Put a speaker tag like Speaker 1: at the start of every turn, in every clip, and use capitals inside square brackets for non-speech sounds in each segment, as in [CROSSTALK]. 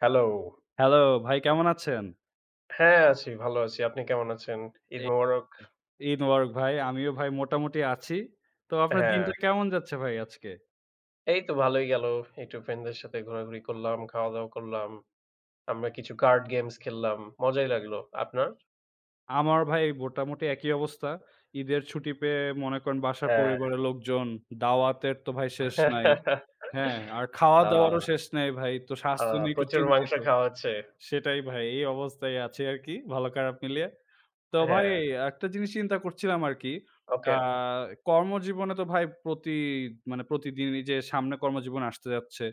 Speaker 1: Hello.
Speaker 2: Hello ভাই, কেমন আছেন?
Speaker 1: হ্যাঁ, আছি, ভালো আছি। আপনি কেমন আছেন? ঈদ
Speaker 2: এ
Speaker 1: মোবারক।
Speaker 2: ইন ওয়ার্ক ভাই। আমিও ভাই মোটামুটি আছি। তো আপনার
Speaker 1: হ্যাঁ,
Speaker 2: দিনটা কেমন যাচ্ছে ভাই আজকে?
Speaker 1: এই তো ভালোই গেল। একটু ফ্রেন্ডদের সাথে ঘোরাঘুরি করলাম, খাওয়া-দাওয়া করলাম। আমরা কিছু কার্ড গেমস খেললাম। মজাই লাগলো। আপনার?
Speaker 2: আমার ভাই মোটামুটি একই অবস্থা। ঈদের ছুটি পেয়ে মনে করেন বাসার
Speaker 1: হ্যাঁ।
Speaker 2: পরিবারের লোকজন, দাওয়াতের তো ভাই শেষ নাই।
Speaker 1: [LAUGHS]
Speaker 2: হ্যাঁ, আর
Speaker 1: আ
Speaker 2: খাওয়া-দাওয়ারও শেষ নাই ভাই। তো
Speaker 1: আ
Speaker 2: স্বাস্থ্য নিয়ে একটু
Speaker 1: প্রচুর মাংস
Speaker 2: চিন্তিত।
Speaker 1: খাওয়া হচ্ছে।
Speaker 2: সেটাই ভাই, এই অবস্থায় আছি আরকি, ভালো খারাপ মিলিয়ে। তো ভাই
Speaker 1: হ্যাঁ,
Speaker 2: একটা জিনিস চিন্তা করছিলাম আরকি। আ
Speaker 1: ওকে।
Speaker 2: কর্মজীবনে তো ভাই প্রতিদিনই যে সামনে কর্মজীবন আসতে যাচ্ছে।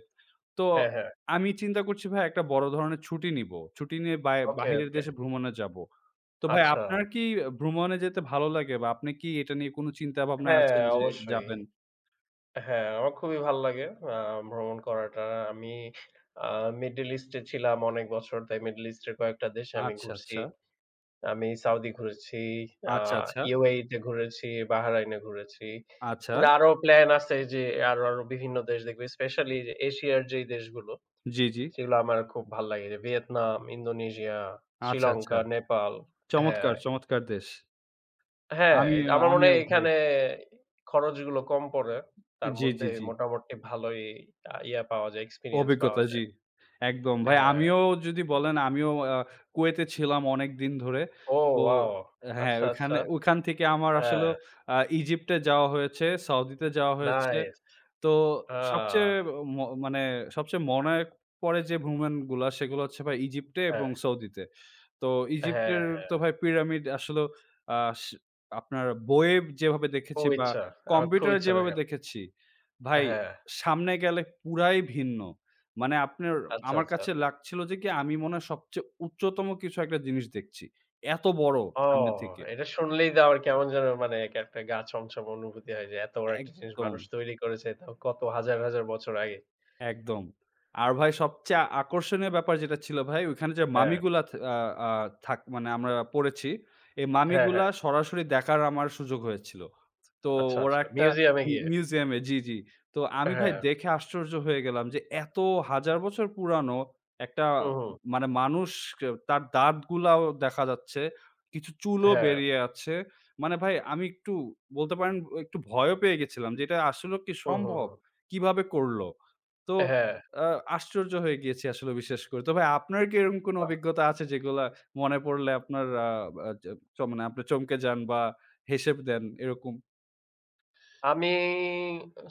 Speaker 2: তো
Speaker 1: হ্যাঁ, হ্যাঁ।
Speaker 2: আমি চিন্তা করছি ভাই একটা বড় ধরনের ছুটি নিবো। ছুটি নিয়ে
Speaker 1: ওকে,
Speaker 2: বাহিরের
Speaker 1: ওকে।
Speaker 2: দেশে ভ্রমণে যাবো। তো ভাই
Speaker 1: আচ্ছা।
Speaker 2: আপনার কি ভ্রমণে যেতে ভালো লাগে, বা আপনি কি এটা নিয়ে কোনো চিন্তা ভাবনায়
Speaker 1: হ্যাঁ,
Speaker 2: আছেন যে
Speaker 1: অবশ্যই।
Speaker 2: যাবেন?
Speaker 1: হ্যাঁ, আমার খুবই ভাল লাগে আ ভ্রমণ করাটা। আমি আ মিডল ইস্টে ছিলাম অনেক বছর। তাই মিডল ইস্টের কয়েকটা দেশে আমি
Speaker 2: আচ্ছা,
Speaker 1: ঘুরছি।
Speaker 2: আচ্ছা।
Speaker 1: আমি সাউদি ঘুরেছি, আ
Speaker 2: আচ্ছা, আচ্ছা।
Speaker 1: UAE তে ঘুরেছি, বাহরাইনে ঘুরেছি।
Speaker 2: আচ্ছা।
Speaker 1: কিন্তু আরো প্ল্যান আছে যে আরো বিভিন্ন দেশ দেখব। স্পেশালি যে এশিয়ার যেই দেশগুলো,
Speaker 2: জি, জি।
Speaker 1: সেগুলো আমার খুব ভাল লাগে। যে ভিয়েতনাম, ইন্দোনেশিয়া,
Speaker 2: আচ্ছা, আচ্ছা।
Speaker 1: শ্রীলঙ্কা, নেপাল। হ্যাঁ,
Speaker 2: চমৎকার, চমৎকার দেশ।
Speaker 1: হ্যাঁ,
Speaker 2: আমিও,
Speaker 1: আমার মনে
Speaker 2: আমিও
Speaker 1: হয়
Speaker 2: ভাই।
Speaker 1: এখানে খরচগুলো কম পড়ে। তার
Speaker 2: জি, জি,
Speaker 1: মধ্যে
Speaker 2: জি।
Speaker 1: মোটামুটি ভালোই আ ইয়া পাওয়া যায়, এক্সপেরিয়েন্স পাওয়া
Speaker 2: অভিজ্ঞতা, জি।
Speaker 1: যায়।
Speaker 2: একদম। ভাই
Speaker 1: হ্যাঁ।
Speaker 2: আমিও যদি বলেন, আমিও কুয়েতে ছিলাম অনেকদিন ধরে।
Speaker 1: ও
Speaker 2: তো
Speaker 1: ওয়াও!
Speaker 2: হ্যাঁ,
Speaker 1: আচ্ছা, আচ্ছা।
Speaker 2: ওইখান থেকে আমার
Speaker 1: হ্যাঁ,
Speaker 2: আসলেও ইজিপ্টে যাওয়া হয়েছে, সউদিতে যাওয়া হয়েছে।
Speaker 1: নাইস।
Speaker 2: তো
Speaker 1: আ
Speaker 2: সবচেয়ে ম মানে সবচেয়ে মনে পড়ে যে ভ্রমণগুলা, সেগুলো হচ্ছে ভাই ইজিপ্টে
Speaker 1: হ্যাঁ,
Speaker 2: এবং সউদিতে। তো
Speaker 1: হ্যাঁ,
Speaker 2: ইজিপ্টের
Speaker 1: হ্যাঁ।
Speaker 2: তো ভাই পিরামিড আসলে আ সে আপনার বইয়ে যেভাবে দেখেছি
Speaker 1: খুব
Speaker 2: বা
Speaker 1: ইচ্ছা। আমার খুব
Speaker 2: কম্পিউটারে
Speaker 1: ইচ্ছা
Speaker 2: যেভাবে
Speaker 1: দেখার।
Speaker 2: দেখেছি, ভাই
Speaker 1: হ্যাঁ,
Speaker 2: সামনে গেলে পুরাই ভিন্ন। মানে আপনার
Speaker 1: আচ্ছা,
Speaker 2: আমার
Speaker 1: আচ্ছা।
Speaker 2: কাছে লাগছিল যে কি, আমি মনে হয় সবচেয়ে উচ্চতম কিছু একটা জিনিস দেখছি। এত বড়
Speaker 1: ও!
Speaker 2: সামনে থেকে।
Speaker 1: এটা শুনলেই তো আমার কেমন যেন মানে এক একটা গা ছমছম অনুভূতি হয় যে এত বড় একটা জিনিস
Speaker 2: একদম।
Speaker 1: মানুষ তৈরি করেছে তাও কত হাজার, হাজার বছর আগে।
Speaker 2: একদম। আর ভাই সবচেয়ে আকর্ষণীয় ব্যাপার যেটা ছিল ভাই, ওইখানে যে
Speaker 1: হ্যাঁ,
Speaker 2: মামিগুলা থ আ আ থাক মানে আমরা পড়েছি। এই
Speaker 1: হ্যাঁ,
Speaker 2: মামিগুলা
Speaker 1: হ্যাঁ।
Speaker 2: সরাসরি দেখার আমার সুযোগ হয়েছিল। তো
Speaker 1: আচ্ছা,
Speaker 2: ওরা
Speaker 1: আচ্ছা।
Speaker 2: একটা
Speaker 1: মিউজিয়ামে গিয়ে।
Speaker 2: মিউজিয়ামে, জি, জি। তো আমি ভাই
Speaker 1: হ্যাঁ।
Speaker 2: দেখে আশ্চর্য হয়ে গেলাম যে এত হাজার বছর পুরানো একটা
Speaker 1: হু, হু।
Speaker 2: মানে মানুষ কে, তার দাঁতগুলাও দেখা যাচ্ছে। কিছু চুলও
Speaker 1: হ্যাঁ।
Speaker 2: বেরিয়ে আছে। মানে ভাই আমি একটু বলতে পারেন একটু ভয়ও পেয়ে গেছিলাম যে এটা আসলেও কি
Speaker 1: হু, হু,
Speaker 2: সম্ভব?
Speaker 1: হু।
Speaker 2: কিভাবে করল? তো
Speaker 1: হ্যাঁ।
Speaker 2: আ আশ্চর্য হয়ে গিয়েছি আসলে বিশ্বাস করে। তো ভাই আপনার কি এরকম কোনো অভিজ্ঞতা আছে, যেগুলা মনে পড়লে আপনার আ আ চ চ মানে আপনি চমকে যান বা হেসে দেন এরকম?
Speaker 1: আমি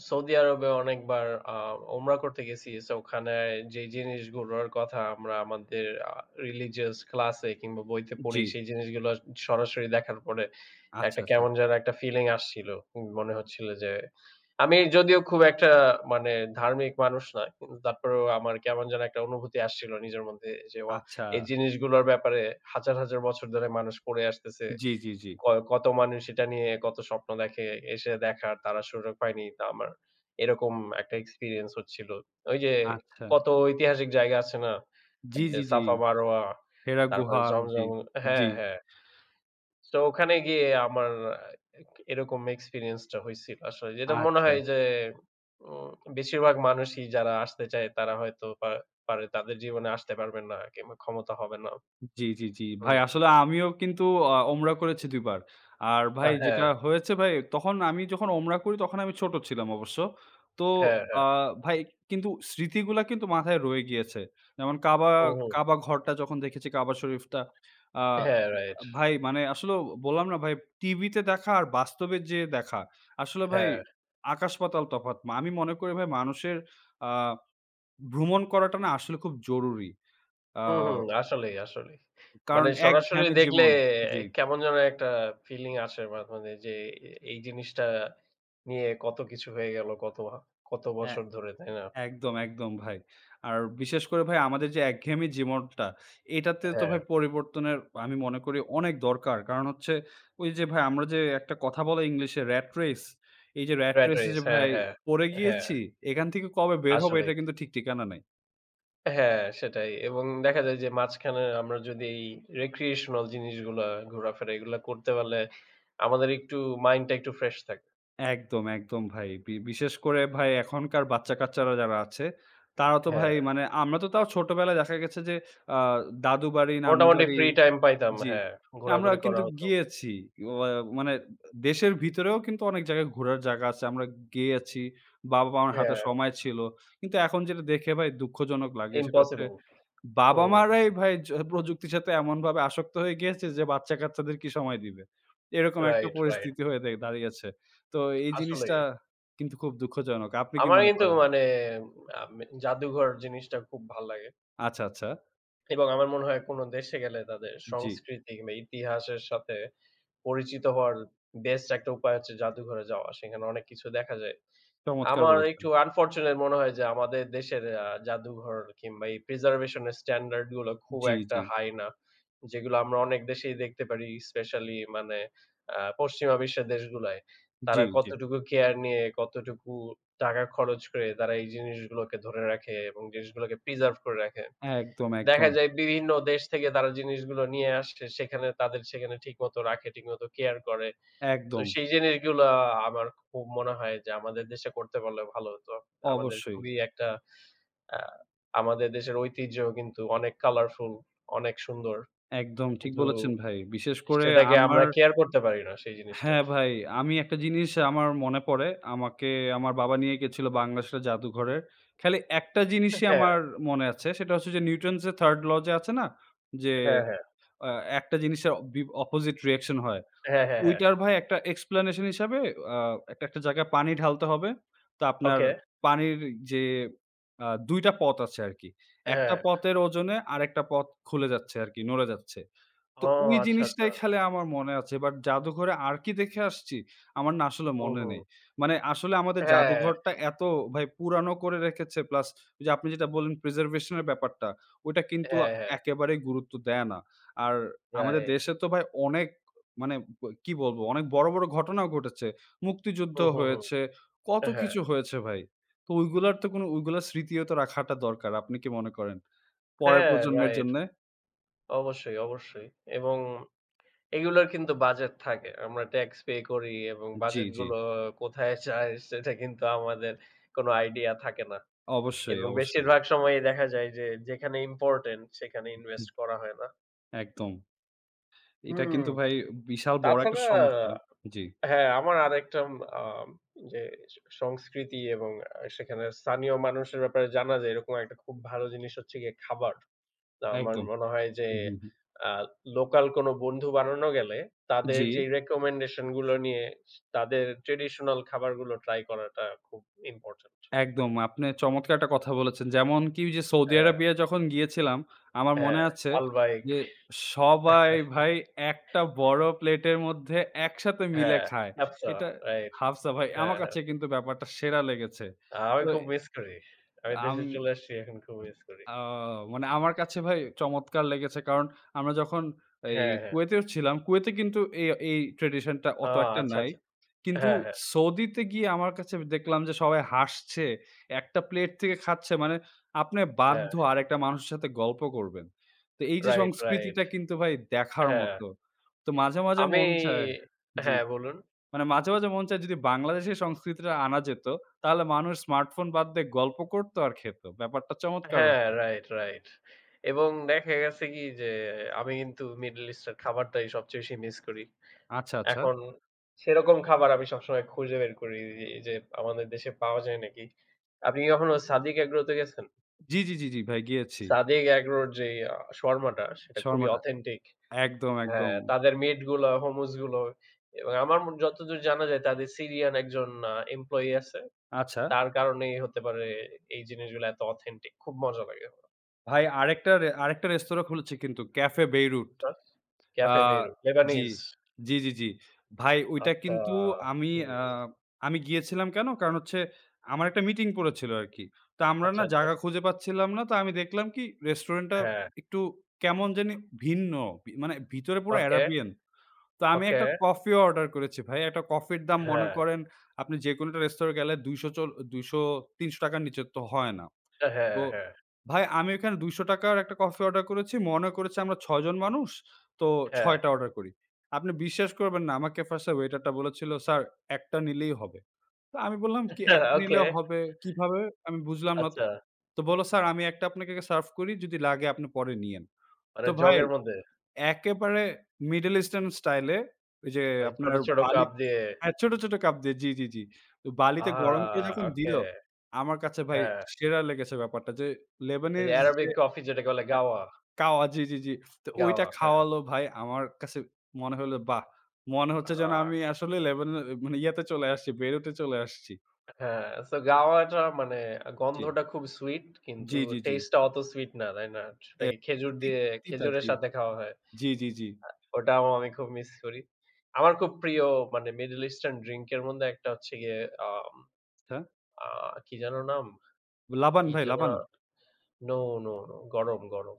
Speaker 1: সৌদি আরবে অনেকবার আ উমরা করতে গেছি। সো ওখানে যে জিনিসগুলোর কথা আমরা আমাদের আ রিলিজিয়াস ক্লাসে কিংবা বইতে
Speaker 2: জি।
Speaker 1: পড়ি, সেই জিনিসগুলো সরাসরি দেখার পরে
Speaker 2: আচ্ছা,
Speaker 1: একটা
Speaker 2: আচ্ছা।
Speaker 1: কেমন যেন একটা ফিলিং আসছিল। মনে হচ্ছিল যে আমি যদিও খুব একটা মানে ধার্মিক মানুষ না। কিন্তু তারপরেও আমার কেমন যেন একটা অনুভূতি আসছিল নিজের মধ্যে যে, "ওয়াও!
Speaker 2: আচ্ছা।
Speaker 1: এই জিনিসগুলোর ব্যাপারে হাজার, হাজার বছর ধরে মানুষ পড়ে আসতেছে।"
Speaker 2: জি, জি, জি।
Speaker 1: ক কত মানুষ এটা নিয়ে কত স্বপ্ন দেখে, এসে দেখার তারা সুযোগ পায়নি। তা আমার এরকম একটা এক্সপেরিয়েন্স হচ্ছিল। ওই যে
Speaker 2: আচ্ছা।
Speaker 1: কত ঐতিহাসিক জায়গা আছে না?
Speaker 2: জি,
Speaker 1: এই যে
Speaker 2: জি, জি।
Speaker 1: সাফা মারোয়া,
Speaker 2: 'হেরা
Speaker 1: তারপরে
Speaker 2: গুহা'। জি,
Speaker 1: জমজম
Speaker 2: জি।
Speaker 1: হ্যাঁ, হ্যাঁ। তো ওখানে গিয়ে আমার এরকম এক্সপেরিয়েন্স টা হইছিল আসলে। যেটা মনে
Speaker 2: আচ্ছা।
Speaker 1: হয় যে উম বেশিরভাগ মানুষই যারা আসতে চায় তারা হয়তো পারে তাদের জীবনে আসতে পারবেন না কিংবা ক্ষমতা হবে না।
Speaker 2: জি, জি, জি। ভাই
Speaker 1: হুম।
Speaker 2: আসলে আমিও কিন্তু ওমরা করেছি ২ বার। আর ভাই
Speaker 1: হ্যাঁ,
Speaker 2: যেটা হয়েছে ভাই, তখন আমি যখন ওমরা করি তখন আমি ছোট ছিলাম অবশ্য। তো
Speaker 1: হ্যাঁ,
Speaker 2: আ
Speaker 1: হ্যাঁ।
Speaker 2: ভাই কিন্তু স্মৃতিগুলা কিন্তু মাথায় রয়ে গিয়েছে। যেমন কাবা,
Speaker 1: হুম, হুম।
Speaker 2: কাবা ঘরটা যখন দেখেছি, কাবা শরীফটা, আ
Speaker 1: হ্যাঁ, রাইট।
Speaker 2: ভাই মানে আসলেও বললাম না ভাই, টিভিতে দেখা আর বাস্তবে যেয়ে দেখা। আসলে ভাই
Speaker 1: হ্যাঁ।
Speaker 2: আকাশ পাতাল তফাৎ। আমি মনে করি ভাই মানুষের আ ভ্রমণ করাটা না আসলে খুব জরুরি। আ
Speaker 1: হুম, হুম। আসলেই, আসলেই।
Speaker 2: কারণ
Speaker 1: মানে সরাসরি
Speaker 2: একঘেয়েমি
Speaker 1: দেখলে
Speaker 2: জীবন। জি।
Speaker 1: কেমন যেন একটা ফিলিং আসে মাঝে, মাঝে যে এই জিনিসটা নিয়ে কত কিছু হয়ে গেল, কত
Speaker 2: এ
Speaker 1: বছর ধরে, তাই না?
Speaker 2: একদম, একদম ভাই। আর বিশেষ করে ভাই আমাদের যে একঘেয়েমি জীবনটা, এটাতে তো
Speaker 1: হ্যাঁ,
Speaker 2: ভাই পরিবর্তনের আমি মনে করি অনেক দরকার। কারণ হচ্ছে, ওই যে ভাই আমরা যে একটা কথা বলে ইংলিশে rat race, এই যে rat
Speaker 1: rat
Speaker 2: race এ যে
Speaker 1: race
Speaker 2: ভাই
Speaker 1: হ্যাঁ, হ্যাঁ,
Speaker 2: পড়ে
Speaker 1: হ্যাঁ,
Speaker 2: গিয়েছি, এখান থেকে কবে বের হবো এটা
Speaker 1: আসলেই।
Speaker 2: কিন্তু ঠিক ঠিকানা নাই।
Speaker 1: হ্যাঁ, সেটাই এবং দেখা যায় যে মাঝখানে আমরা যদি এই recreational জিনিসগুলা ঘোরাফেরা এগুলা করতে পারলে আমাদের একটু মাইন্ডটা একটু ফ্রেশ থাকে।
Speaker 2: একদম, একদম ভাই। বিশেষ করে ভাই এখনকার বাচ্চা-কাচ্চারা যারা আছে, তারা তো ভাই
Speaker 1: হ্যাঁ,
Speaker 2: মানে, আমরা তো তাও ছোটবেলায় দেখা গেছে যে আ দাদু বাড়ি, নানু
Speaker 1: মোটামুটি
Speaker 2: বাড়ি,
Speaker 1: ফ্রি টাইম পাইতাম।
Speaker 2: জি।
Speaker 1: হ্যাঁ,
Speaker 2: আমরা
Speaker 1: ঘোরাঘুরি করা
Speaker 2: কিন্তু
Speaker 1: হতো।
Speaker 2: গিয়েছি। ওয়া মানে দেশের ভিতরেও কিন্তু অনেক জায়গায় ঘোরার জায়গা আছে। আমরা গিয়েছি। বাবা-মার হাতে
Speaker 1: হ্যাঁ,
Speaker 2: সময় ছিল। কিন্তু এখন যেটা দেখে ভাই দুঃখজনক লাগে সেটা হচ্ছে,
Speaker 1: impossible হুম।
Speaker 2: বাবা-মারাই ভাই প্রযুক্তির সাথে এমনভাবে আসক্ত হয়ে গিয়েছে, যে বাচ্চা-কাচ্চাদের কি সময় দিবে? এরকম একটা
Speaker 1: রাইট, রাইট।
Speaker 2: পরিস্থিতি হয়ে দাঁড়িয়েছে। তো এই জিনিসটা
Speaker 1: আসলেই।
Speaker 2: কিন্তু খুব দুঃখজনক। আপনি কি
Speaker 1: আমার
Speaker 2: মনে
Speaker 1: কিন্তু
Speaker 2: করেন?
Speaker 1: মানে আম জাদুঘর জিনিসটা খুব ভাল লাগে।
Speaker 2: আচ্ছা, আচ্ছা।
Speaker 1: এবং আমার মনে হয় কোন দেশে গেলে তাদের
Speaker 2: জি।
Speaker 1: সংস্কৃতি কিংবা ইতিহাসের সাথে পরিচিত হওয়ার বেস্ট একটা উপায় হচ্ছে জাদুঘরে যাওয়া। সেখানে অনেক কিছু দেখা যায়।
Speaker 2: চমৎকার
Speaker 1: আমার
Speaker 2: বলেছেন।
Speaker 1: একটু আনফরচুনেট মনে হয় যে আমাদের দেশের জাদুঘর কিংবা এই প্রিজার্ভেশন এর স্ট্যান্ডার্ড গুলো খুব
Speaker 2: জি,
Speaker 1: একটা
Speaker 2: জি।
Speaker 1: হাই না। যেগুলো আমরা অনেক দেশেই দেখতে পারি স্পেশালি মানে পশ্চিমা বিশ্বের দেশগুলায়। তারা
Speaker 2: জি, জি।
Speaker 1: কতটুকু কেয়ার নিয়ে কতটুকু টাকা খরচ করে তারা এই জিনিসগুলোকে ধরে রাখে এবং জিনিসগুলোকে প্রিজার্ভ করে রাখে।
Speaker 2: একদম,
Speaker 1: দেখা
Speaker 2: একদম,
Speaker 1: যায় বিভিন্ন দেশ থেকে তারা জিনিসগুলো নিয়ে আসে। সেখানে তাদের সেখানে ঠিকমতো রাখে, ঠিকমতো কেয়ার করে। তো
Speaker 2: একদম।
Speaker 1: সেই জিনিসগুলা আমার খুব মনে হয় যে আমাদের দেশে করতে পারলে ভালো হতো। আমাদের
Speaker 2: অবশ্যই।
Speaker 1: খুবই একটা আ আমাদের দেশের ঐতিহ্য কিন্তু অনেক কালারফুল, অনেক সুন্দর।
Speaker 2: একদম ঠিক
Speaker 1: কিন্তু
Speaker 2: বলেছেন ভাই। বিশেষ করে
Speaker 1: সেটাকে আমরা
Speaker 2: আমার
Speaker 1: কেয়ার করতে পারি না সেই জিনিসটার।
Speaker 2: হ্যাঁ ভাই, আমি একটা জিনিস আমার মনে পড়ে। আমাকে আমার বাবা নিয়ে গেছিল বাংলাদেশের জাদুঘরে। খালি একটা জিনিসই
Speaker 1: হ্যাঁ,
Speaker 2: আমার মনে আছে। সেটা হচ্ছে যে নিউটনস এর 3rd ল, যে আছে না? যে
Speaker 1: হ্যাঁ, হ্যাঁ।
Speaker 2: আ একটা জিনিসের অপোজিট রিঅ্যাকশন হয়।
Speaker 1: হ্যাঁ, হ্যাঁ, হ্যাঁ।
Speaker 2: ওইটার ভাই একটা এক্সপ্লেনেশন হিসাবে আ একটা জায়গায় পানি ঢালতে হবে। তো আপনার
Speaker 1: ওকে।
Speaker 2: পানির যে ২ টা পথ আছে আরকি। একটা
Speaker 1: হ্যাঁ।
Speaker 2: পথের ওজনে আরেকটা পথ খুলে যাচ্ছে আরকি, নড়ে যাচ্ছে। তো
Speaker 1: ও
Speaker 2: ওই
Speaker 1: আচ্ছা, আচ্ছা।
Speaker 2: জিনিসটাই খেলে আমার মনে আছে। বাট জাদুঘরে আর কি দেখে আসছি, আমার না আসলে
Speaker 1: হুম,
Speaker 2: মনে
Speaker 1: হুম।
Speaker 2: নেই। মানে আসলে আমাদের
Speaker 1: হ্যাঁ,
Speaker 2: জাদুঘরটা এত ভাই পুরানো করে রেখেছে, প্লাস ওই যে আপনি যেটা বললেন প্রিজার্ভেশন এর ব্যাপারটা, ওইটা কিন্তু
Speaker 1: হ্যাঁ, হ্যাঁ।
Speaker 2: একেবারেই গুরুত্ব দেয় না। আর আমাদের
Speaker 1: রাইট।
Speaker 2: দেশে তো ভাই অনেক মানে কি বলবো, অনেক বড়, বড় ঘটনাও ঘটেছে। মুক্তিযুদ্ধ
Speaker 1: হুম, হুম, হুম।
Speaker 2: হয়েছে, কত
Speaker 1: হ্যাঁ।
Speaker 2: কিছু হয়েছে ভাই। তো ওইগুলার তো কোনো ওইগুলার স্মৃতিও তো রাখাটা দরকার। আপনি কি মনে করেন? পরের
Speaker 1: হ্যাঁ,
Speaker 2: প্রজন্মের
Speaker 1: রাইট।
Speaker 2: জন্যে
Speaker 1: অবশ্যই, অবশ্যই। এবং এগুলোর কিন্তু বাজেট থাকে। আমরা ট্যাক্স পে করি এবং
Speaker 2: জি, জি।
Speaker 1: বাজেটগুলো কোথায় যায় সেটা কিন্তু আমাদের কোনো আইডিয়া থাকে না।
Speaker 2: অবশ্যই,
Speaker 1: এবং
Speaker 2: অবশ্যই।
Speaker 1: বেশিরভাগ সময়ই দেখা যায় যে যেখানে ইম্পোর্টেন্ট সেখানে
Speaker 2: হুম,
Speaker 1: ইনভেস্ট করা হয় না।
Speaker 2: একদম। এটা
Speaker 1: হুম,
Speaker 2: কিন্তু ভাই বিশাল বড় একটা
Speaker 1: তাছাড়া
Speaker 2: সমস্যা। জি,
Speaker 1: হ্যাঁ, আমার আরেকটা আম যে সংস্কৃতি এবং সেখানে স্থানীয় মানুষের ব্যাপারে জানা যায় এরকম একটা খুব ভালো জিনিস হচ্ছে গিয়ে খাবার। না, আমার
Speaker 2: একদম।
Speaker 1: মনে হয় যে
Speaker 2: হুম, হুম, হুম।
Speaker 1: আ লোকাল কোনো বন্ধু বানানো গেলে তাদের
Speaker 2: জি,
Speaker 1: যে রিকমেন্ডেশন গুলো নিয়ে তাদের ট্র্যাডিশনাল খাবারগুলো ট্রাই করাটা খুব ইম্পোর্টেন্ট।
Speaker 2: একদম। আপনি চমৎকার একটা কথা বলেছেন। যেমন কি ওই যে সৌদি
Speaker 1: হ্যাঁ,
Speaker 2: আরবিয়া যখন গিয়েছিলাম, আমার মনে
Speaker 1: হ্যাঁ,
Speaker 2: আছে
Speaker 1: আলবাইক
Speaker 2: যে সবাই ভাই একটা বড় প্লেটের মধ্যে একসাথে মিলে
Speaker 1: হ্যাঁ,
Speaker 2: খায়।
Speaker 1: ক্যাপসা
Speaker 2: এটা
Speaker 1: রাইট
Speaker 2: হাফসা ভাই, আমার
Speaker 1: হ্যাঁ, হ্যাঁ।
Speaker 2: কাছে কিন্তু ব্যাপারটা সেরা লেগেছে।
Speaker 1: আমি
Speaker 2: তো
Speaker 1: খুব মিস করি। আমি
Speaker 2: আম
Speaker 1: দেশে চলে আসছি এখন খুব মিস করি।
Speaker 2: আ মানে আমার কাছে ভাই চমৎকার লেগেছে। কারণ আমরা যখন এই
Speaker 1: হ্যাঁ, হ্যাঁ।
Speaker 2: কুয়েতেও ছিলাম, কুয়েতে কিন্তু এই এই ট্র্যাডিশন টা
Speaker 1: আ
Speaker 2: অত একটা
Speaker 1: আচ্ছা,
Speaker 2: নাই।
Speaker 1: আচ্ছা।
Speaker 2: কিন্তু
Speaker 1: হ্যাঁ, হ্যাঁ,
Speaker 2: সৌদিতে গিয়ে আমার কাছে দেখলাম যে সবাই হাসছে। একটা প্লেট থেকে খাচ্ছে, মানে আপনি
Speaker 1: হ্যাঁ।
Speaker 2: বাধ্য আরেকটা মানুষের সাথে গল্প করবেন। তো এই যে
Speaker 1: রাইট, রাইট।
Speaker 2: সংস্কৃতিটা, কিন্তু ভাই দেখার
Speaker 1: হ্যাঁ,
Speaker 2: মতো। তো মাঝে, মাঝে
Speaker 1: আমি
Speaker 2: মন চায়, জি।
Speaker 1: হ্যাঁ, বলুন।
Speaker 2: মানে মাঝে, মাঝে মন চায় যদি বাংলাদেশের সংস্কৃতিটা আনা যেত, তাহলে মানুষ স্মার্টফোন বাদ দিয়ে গল্প করত আর খেত। ব্যাপারটা চমৎকার
Speaker 1: হ্যাঁ,
Speaker 2: হত।
Speaker 1: Right, right. এবং দেখা গেছে কি যে আমি কিন্তু মিডল ইস্টের খাবারটাই সবচেয়ে বেশি মিস করি।
Speaker 2: আচ্ছা, আচ্ছা।
Speaker 1: এখন সেরকম খাবার আমি সবসময় খুঁজে বের করি এই যে আমাদের দেশে পাওয়া যায় নাকি। আপনি কি কখনো সাদিক এগ্রো তে গেছেন?
Speaker 2: জি, জি, জি, জি ভাই গিয়েছি।
Speaker 1: সাদিক এগ্রোর যে শর্মাটা সেটা খুবই
Speaker 2: শর্মাটা
Speaker 1: অথেন্টিক।
Speaker 2: একদম, একদম।
Speaker 1: হ্যাঁ, তাদের মিট গুলো, হুমুস গুলো এবং আমার যতদূর জানা যায় তাদের সিরিয়ান একজন এমপ্লয়ি আছে।
Speaker 2: আচ্ছা।
Speaker 1: তার কারণেই হতে পারে এই জিনিসগুলো এত অথেন্টিক। খুব মজা লাগে আমার।
Speaker 2: ভাই আরেকটা রেস্তোরাঁ খুলেছে কিন্তু ক্যাফে বেইরুট। আ
Speaker 1: ক্যাফে বেইরু,
Speaker 2: জি,
Speaker 1: লেবানিজ
Speaker 2: জি, জি, জি। ভাই ওইটা
Speaker 1: আচ্ছা,
Speaker 2: কিন্তু আমি
Speaker 1: হুম,
Speaker 2: আ
Speaker 1: হুম।
Speaker 2: আমি গিয়েছিলাম কেন? কারণ হচ্ছে আমার একটা মিটিং পড়েছিল আরকি। তো আমরা
Speaker 1: আচ্ছা,
Speaker 2: না
Speaker 1: আচ্ছা।
Speaker 2: জায়গা খুঁজে পাচ্ছিলাম না। তো আমি দেখলাম কি রেস্টুরেন্টটা
Speaker 1: হ্যাঁ,
Speaker 2: একটু কেমন জানি ভিন্ন। মানে ভিতরে পুরো
Speaker 1: ওকে,
Speaker 2: আরাবিয়ান। তো আমি
Speaker 1: ওকে,
Speaker 2: একটা কফিও অর্ডার করেছি ভাই। একটা কফির দাম মনে
Speaker 1: হ্যাঁ,
Speaker 2: করেন আপনি যেকোনো একটা রেস্তোরাঁ গেলে ২০০, ৳৩০০ র নিচে তো হয় না।
Speaker 1: হ্যাঁ,
Speaker 2: তো
Speaker 1: হ্যাঁ, হ্যাঁ,
Speaker 2: ভাই আমি ওখানে ৳২০০ র একটা কফি অর্ডার করেছি। মনে করেছি আমরা ৬ জন মানুষ, তো
Speaker 1: হ্যাঁ,
Speaker 2: ৬ টা অর্ডার করি। আপনি বিশ্বাস করবেন না, আমাকে ফার্স্ট এ ওয়েটারটা বলেছিল, "স্যার ১ টা নিলেই হবে।" তো আমি বললাম কি, "১
Speaker 1: হ্যাঁ,
Speaker 2: টা
Speaker 1: ওকে,
Speaker 2: নিলেও হবে কিভাবে? আমি বুঝলাম না।"
Speaker 1: আচ্ছা।
Speaker 2: তো বলল, "স্যার আমি ১ টা আপনাকে সার্ভ করি। যদি লাগে আপনি পরে নিয়েন।"
Speaker 1: মানে
Speaker 2: তো ভাই
Speaker 1: জগের মধ্যে
Speaker 2: একেবারে মিডল ইস্টার্ন স্টাইলে, ওই যে
Speaker 1: ওই ছোট,
Speaker 2: আপনার
Speaker 1: ছোট কাপ
Speaker 2: বালিতে,
Speaker 1: দিয়ে
Speaker 2: হ্যাঁ, ছোট, ছোট কাপ দিয়ে, জি, জি, জি। তো বালিতে
Speaker 1: আহা!
Speaker 2: গরম করে যখন
Speaker 1: ওকে,
Speaker 2: দিল, আমার কাছে ভাই
Speaker 1: হ্যাঁ।
Speaker 2: সেরা লেগেছে ব্যাপারটা যে
Speaker 1: এই
Speaker 2: লেবানিজ যে
Speaker 1: অ্যারাবিক কফি যেটাকে বলে
Speaker 2: হ্যাঁ,
Speaker 1: গাওয়া,
Speaker 2: কাওয়া, জি, জি, জি। তো ওইটা
Speaker 1: গাওয়া, হ্যাঁ।
Speaker 2: খাওয়ালো ভাই, আমার কাছে মনে হলো, বাহ! মনে হচ্ছে যেন
Speaker 1: আহা!
Speaker 2: আমি আসলে লেবানন মানে ইয়াতে চলে আসছি, বেইরুতে চলে আসছি।
Speaker 1: হ্যাঁ, সো গাওয়াটা মানে
Speaker 2: জি,
Speaker 1: গন্ধটা খুব সুইট কিন্তু
Speaker 2: জি, জি, জি।
Speaker 1: টেস্টটা অত সুইট না, তাই না?
Speaker 2: এ
Speaker 1: সেটাকে খেজুর
Speaker 2: তি
Speaker 1: দিয়ে
Speaker 2: তিতা,
Speaker 1: খেজুরের
Speaker 2: জি।
Speaker 1: সাথে খাওয়া হয়।
Speaker 2: জি, জি, জি।
Speaker 1: ওটাও আমি খুব মিস করি। আমার খুব প্রিয় মানে মিডল ইস্টার্ন ড্রিংক এর মধ্যে একটা হচ্ছে গিয়ে আম
Speaker 2: হ্যাঁ,
Speaker 1: আ কি যেন নাম?
Speaker 2: লাবান
Speaker 1: কি
Speaker 2: ভাই,
Speaker 1: যেন
Speaker 2: লাবান।
Speaker 1: না নো, নো, নো গরম, গরম।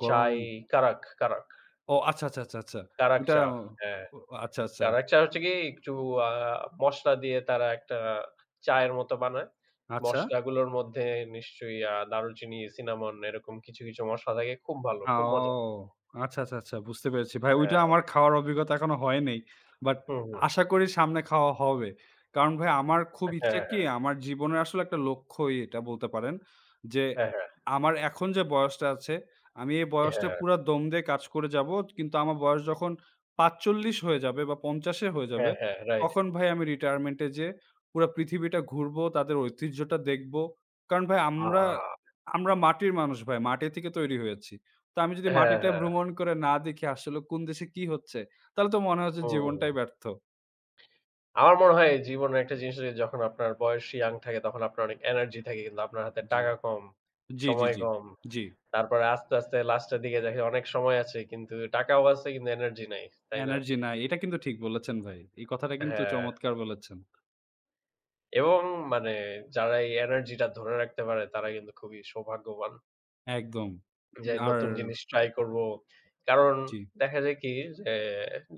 Speaker 2: গরম,
Speaker 1: চাই কারাক, কারাক,
Speaker 2: ও আচ্ছা, আচ্ছা, আচ্ছা, আচ্ছা।
Speaker 1: কারাক
Speaker 2: এটা
Speaker 1: চা।
Speaker 2: ও
Speaker 1: হ্যাঁ,
Speaker 2: আচ্ছা, আচ্ছা,
Speaker 1: কারাক চা হচ্ছে কি একটু আ মসলা দিয়ে তারা একটা চায়ের মতো বানায়।
Speaker 2: আচ্ছা।
Speaker 1: মসলাগুলোর মধ্যে নিশ্চয়ই দারুচিনি, সিনামন এরকম কিছু, কিছু মসলা থাকে। খুব ভালো,
Speaker 2: আ
Speaker 1: খুব মজা।
Speaker 2: ও আচ্ছা, আচ্ছা, আচ্ছা, বুঝতে পেরেছি। ভাই ওইটা
Speaker 1: হ্যাঁ,
Speaker 2: আমার খাওয়ার অভিজ্ঞতা এখনো হয় নাই। বাট
Speaker 1: হুম, হুম।
Speaker 2: আশা করি সামনে খাওয়া হবে। কারণ ভাই আমার খুব ইচ্ছা
Speaker 1: হ্যাঁ,
Speaker 2: কি, আমার জীবনের আসলে একটা লক্ষ্যই এটা বলতে পারেন। যে
Speaker 1: হ্যাঁ, হ্যাঁ,
Speaker 2: আমার এখন যে বয়সটা আছে, আমি এই বয়সটা
Speaker 1: হ্যাঁ,
Speaker 2: পুরা দম দিয়ে কাজ করে যাবো। কিন্তু আমার বয়স যখন ৪৫ হয়ে যাবে বা ৫০ এ হয়ে যাবে,
Speaker 1: হ্যাঁ, হ্যাঁ, রাইট।
Speaker 2: তখন ভাই আমি রিটায়ারমেন্ট এ যেয়ে পুরা পৃথিবীটা ঘুরবো, তাদের ঐতিহ্যটা দেখবো। কারণ ভাই
Speaker 1: আ
Speaker 2: আমরা, আমরা মাটির মানুষ ভাই। মাটি থেকে তৈরি হয়েছি। তো আমি যদি
Speaker 1: হ্যাঁ,
Speaker 2: মাটিটা
Speaker 1: হ্যাঁ।
Speaker 2: ভ্রমণ করে না দেখি আসলে কোন দেশে কি হচ্ছে, তাহলে তো মনে হচ্ছে
Speaker 1: হুম,
Speaker 2: জীবনটাই
Speaker 1: হুম।
Speaker 2: ব্যর্থ।
Speaker 1: আমার মনে হয় এই জীবনের একটা জিনিস যে যখন আপনার বয়স ইয়াং থাকে তখন আপনার অনেক এনার্জি থাকে কিন্তু আপনার হাতে
Speaker 2: জি,
Speaker 1: টাকা কম,
Speaker 2: জি, জি,
Speaker 1: সময়
Speaker 2: জি,
Speaker 1: কম।
Speaker 2: জি।
Speaker 1: তারপরে আস্তে, আস্তে লাস্টের দিকে দেখেন অনেক সময় আছে কিন্তু টাকাও আছে কিন্তু এনার্জি নাই। তাই না?
Speaker 2: এনার্জি নাই। এটা কিন্তু ঠিক বলেছেন ভাই। এই কথাটা কিন্তু
Speaker 1: হ্যাঁ,
Speaker 2: চমৎকার বলেছেন।
Speaker 1: এবং মানে যারা এই এনার্জিটা ধরে রাখতে পারে তারা কিন্তু খুবই সৌভাগ্যবান।
Speaker 2: একদম।
Speaker 1: যে
Speaker 2: আর
Speaker 1: নতুন জিনিস ট্রাই করব। কারণ
Speaker 2: জি,
Speaker 1: দেখা যায় কি যে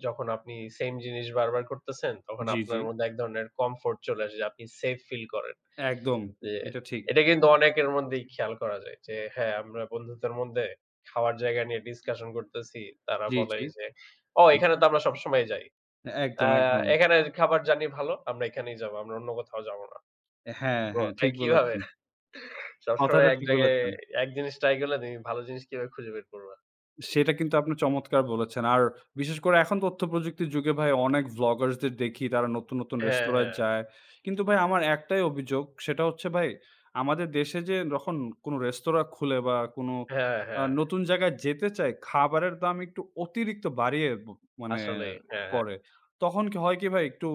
Speaker 1: যখন আপনি সেইম জিনিস বারবার করতেছেন তখন
Speaker 2: জি, জি।
Speaker 1: আপনার মধ্যে এক ধরনের কমফোর্ট চলে আসে যে আপনি সেফ ফিল করেন।
Speaker 2: একদম।
Speaker 1: জি,
Speaker 2: এটা ঠিক।
Speaker 1: এটা কিন্তু অনেকের মধ্যেই খেয়াল করা যায় যে হ্যাঁ, আমরা বন্ধুত্বের মধ্যে খাওয়ার জায়গা নিয়ে ডিসকাশন করতেছি। তারা
Speaker 2: জি,
Speaker 1: বলে
Speaker 2: জি,
Speaker 1: যে, "ও
Speaker 2: জি।
Speaker 1: এখানে তো আমরা সবসময় যাই। আ
Speaker 2: একদম, একদম।
Speaker 1: এখানে খাবার জানি ভালো, আমরা এখানেই যাবো। আমরা অন্য কোথাও যাবো না।"
Speaker 2: হ্যাঁ,
Speaker 1: ব্রো
Speaker 2: হ্যাঁ,
Speaker 1: তাই
Speaker 2: ঠিক
Speaker 1: কিভাবে?
Speaker 2: বলেছেন।
Speaker 1: সবসময়
Speaker 2: কথাটা
Speaker 1: এক
Speaker 2: ঠিক
Speaker 1: জায়গায়
Speaker 2: বলেছেন।
Speaker 1: এক জিনিস ট্রাই করলে তুমি ভালো জিনিস কিভাবে খুঁজে বের করবা?
Speaker 2: সেটা কিন্তু আপনি চমৎকার বলেছেন। আর বিশেষ করে এখন তথ্যপ্রযুক্তির যুগে ভাই অনেক vloggers দের দেখি তারা নতুন, নতুন
Speaker 1: হ্যাঁ,
Speaker 2: রেস্তোরাঁয়
Speaker 1: হ্যাঁ।
Speaker 2: যায়। কিন্তু ভাই আমার একটাই অভিযোগ, সেটা হচ্ছে ভাই আমাদের দেশে যে যখন কোনো রেস্তোরাঁ খুলে বা কোনো
Speaker 1: হ্যাঁ, হ্যাঁ।
Speaker 2: নতুন জায়গায় যেতে চায়, খাবারের দাম একটু অতিরিক্ত বাড়িয়ে ব মানে
Speaker 1: আসলেই। হ্যাঁ, হ্যাঁ।
Speaker 2: করে। তখন কি হয় কি ভাই, একটু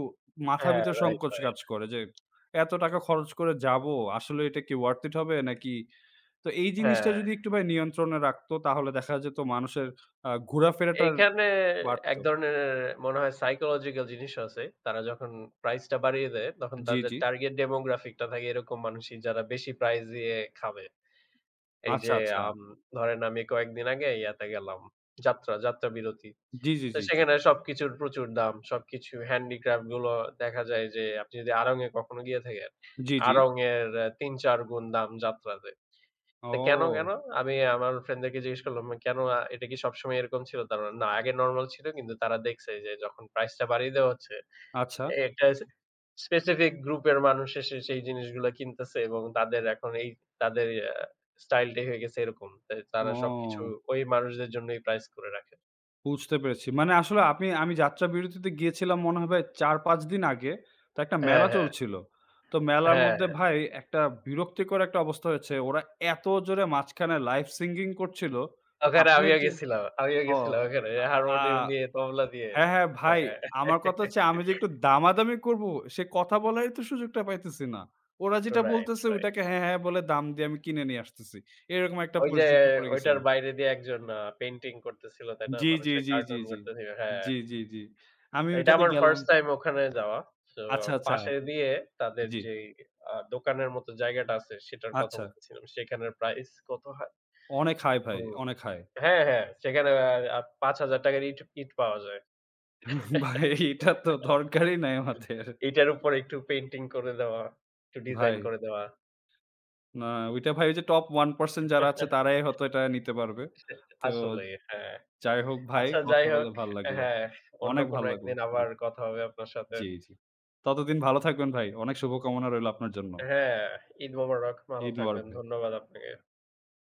Speaker 2: মাথা
Speaker 1: হ্যাঁ,
Speaker 2: ভিতর
Speaker 1: রাইট,
Speaker 2: সংকোচ কাজ
Speaker 1: রাইট।
Speaker 2: করে যে এত টাকা খরচ করে যাবো, আসলে এটা কি worth it হবে নাকি। তো এই জিনিসটা
Speaker 1: হ্যাঁ।
Speaker 2: যদি একটু ভাই নিয়ন্ত্রণে রাখতো, তাহলে দেখা যেত মানুষের ঘোরাফেরাটার
Speaker 1: এইখানে এক
Speaker 2: বাড়তো।
Speaker 1: ধরনের মনে হয় সাইকোলজিক্যাল জিনিস আছে। তারা যখন প্রাইসটা বাড়িয়ে দেয়, তখন
Speaker 2: জি,
Speaker 1: তাদের
Speaker 2: জি।
Speaker 1: টার্গেট ডেমোগ্রাফিক টা থাকে এরকম মানুষই যারা বেশি প্রাইস দিয়ে খাবে। এই
Speaker 2: আচ্ছা,
Speaker 1: যে
Speaker 2: আচ্ছা।
Speaker 1: আম ধরেন আমি কয়েকদিন আগে ইয়াতে গেলাম, যাত্রা, যাত্রা বিরতি।
Speaker 2: জি, জি,
Speaker 1: তো
Speaker 2: জি, জি।
Speaker 1: সেখানে সবকিছুর প্রচুর দাম। সবকিছু হ্যান্ডিক্রাফট গুলো দেখা যায় যে আপনি যদি আড়ং এ কখনো গিয়ে থাকেন,
Speaker 2: জি, জি।
Speaker 1: আড়ং এর ৩-৪ গুণ দাম যাত্রাতে। তো কেন, কেন?
Speaker 2: ও
Speaker 1: আমি আমার ফ্রেন্ডদেরকে জিজ্ঞেস করলাম, "কেন এটা কি সবসময় এরকম ছিল?" তারা বলল, "না, আগে নরমাল ছিল কিন্তু তারা দেখছে যে যখন প্রাইসটা বাড়িয়ে দেওয়া হচ্ছে,
Speaker 2: আচ্ছা।
Speaker 1: একটা স্পেসিফিক গ্রুপের মানুষ এসে সেই জিনিসগুলা কিনতেছে এবং তাদের এখন এই তাদের আ স্টাইলটাই হয়ে গেছে এরকম। তাই তারা সবকিছু
Speaker 2: ও
Speaker 1: ওই মানুষদের জন্যই প্রাইস করে রাখে।"
Speaker 2: বুঝতে পেরেছি। মানে আসলে আপনি আমি যাত্রা বিরতিতে গিয়েছিলাম মনে হয় ভাই ৪-৫ দিন আগে। তো একটা
Speaker 1: হ্যাঁ,
Speaker 2: মেলা
Speaker 1: হ্যাঁ।
Speaker 2: চলছিল। তো মেলার
Speaker 1: হ্যাঁ,
Speaker 2: মধ্যে
Speaker 1: হ্যাঁ।
Speaker 2: ভাই একটা বিরক্তিকর একটা অবস্থা হয়েছে। ওরা এত জোরে মাঝখানে লাইভ সিঙ্গিং করছিল।
Speaker 1: ওখানে
Speaker 2: আপনার
Speaker 1: আমিও
Speaker 2: যে
Speaker 1: গেছিলাম। আমিও
Speaker 2: ও
Speaker 1: গেছিলাম ওখানে
Speaker 2: আ আ
Speaker 1: হারমোনিয়াম নিয়ে, তবলা দিয়ে।
Speaker 2: হ্যাঁ, হ্যাঁ, ভাই
Speaker 1: হ্যাঁ।
Speaker 2: আমার কথা হচ্ছে, আমি যে একটু দামাদামি করব সে কথা বলারই তো সুযোগটা পাইতেছি না। ওরা যেটা
Speaker 1: রাইট,
Speaker 2: বলতেছে
Speaker 1: রাইট।
Speaker 2: ওইটাকে
Speaker 1: [LAUGHS]
Speaker 2: হ্যাঁ, হ্যাঁ, বলে দাম দিয়ে আমি কিনে নিয়ে আসতেছি। এরকম একটা
Speaker 1: ওই যে
Speaker 2: পরিস্থিতি পড়ে
Speaker 1: ওইটার
Speaker 2: গেছিলাম।
Speaker 1: বাইরে দিয়ে একজন পেইন্টিং করতেছিল, তাই না?
Speaker 2: জি, জি,
Speaker 1: মানুষের
Speaker 2: জি, জি,
Speaker 1: কার্টুন
Speaker 2: জি।
Speaker 1: করতেছিল। হ্যাঁ,
Speaker 2: জি, জি, জি। আমি
Speaker 1: এটা
Speaker 2: ওইটাতে
Speaker 1: আমার
Speaker 2: গেলাম।
Speaker 1: ফার্স্ট টাইম ওখানে যাওয়া। তো
Speaker 2: আচ্ছা, আচ্ছা।
Speaker 1: পাশে দিয়ে তাদের
Speaker 2: জি।
Speaker 1: যেই দোকানের মতো জায়গাটা আছে সেটার কথা
Speaker 2: আচ্ছা।
Speaker 1: বলতেছিলাম। সেখানের প্রাইস কত হয়?
Speaker 2: অনেক হাই ভাই,
Speaker 1: হুম।
Speaker 2: অনেক হাই।
Speaker 1: হ্যাঁ, হ্যাঁ। সেখানে ৳৫,০০০ র ইট ইট পাওয়া যায়।
Speaker 2: [LAUGHS] ভাই এটা তো দরকারই নাই আমাদের।
Speaker 1: ইটের উপর একটু পেইন্টিং করে দেওয়া, একটু
Speaker 2: ভাই,
Speaker 1: ডিজাইন করে দেওয়া।
Speaker 2: না, ওইটা ভাই ওই যে টপ 1% যারা আছে
Speaker 1: [LAUGHS]
Speaker 2: তারাই হয়তো এটা নিতে পারবে। তো
Speaker 1: আসলেই হ্যাঁ।
Speaker 2: যাই হোক ভাই,
Speaker 1: আচ্ছা যাই
Speaker 2: কথা বলে
Speaker 1: হোক
Speaker 2: ভাল লাগলো।
Speaker 1: হ্যাঁ, অন্য
Speaker 2: অনেক
Speaker 1: কোনো
Speaker 2: ভালো লাগলো।
Speaker 1: একদিন
Speaker 2: জি,
Speaker 1: আবার কথা হবে আপনার সাথে।
Speaker 2: জি, জি। ততদিন ভালো থাকবেন ভাই। অনেক শুভকামনা রইলো আপনার জন্য।
Speaker 1: হ্যাঁ, ঈদ মোবারক। ভালো
Speaker 2: ঈদ মোবারক
Speaker 1: থাকবেন।
Speaker 2: ভাই।
Speaker 1: ধন্যবাদ আপনাকে।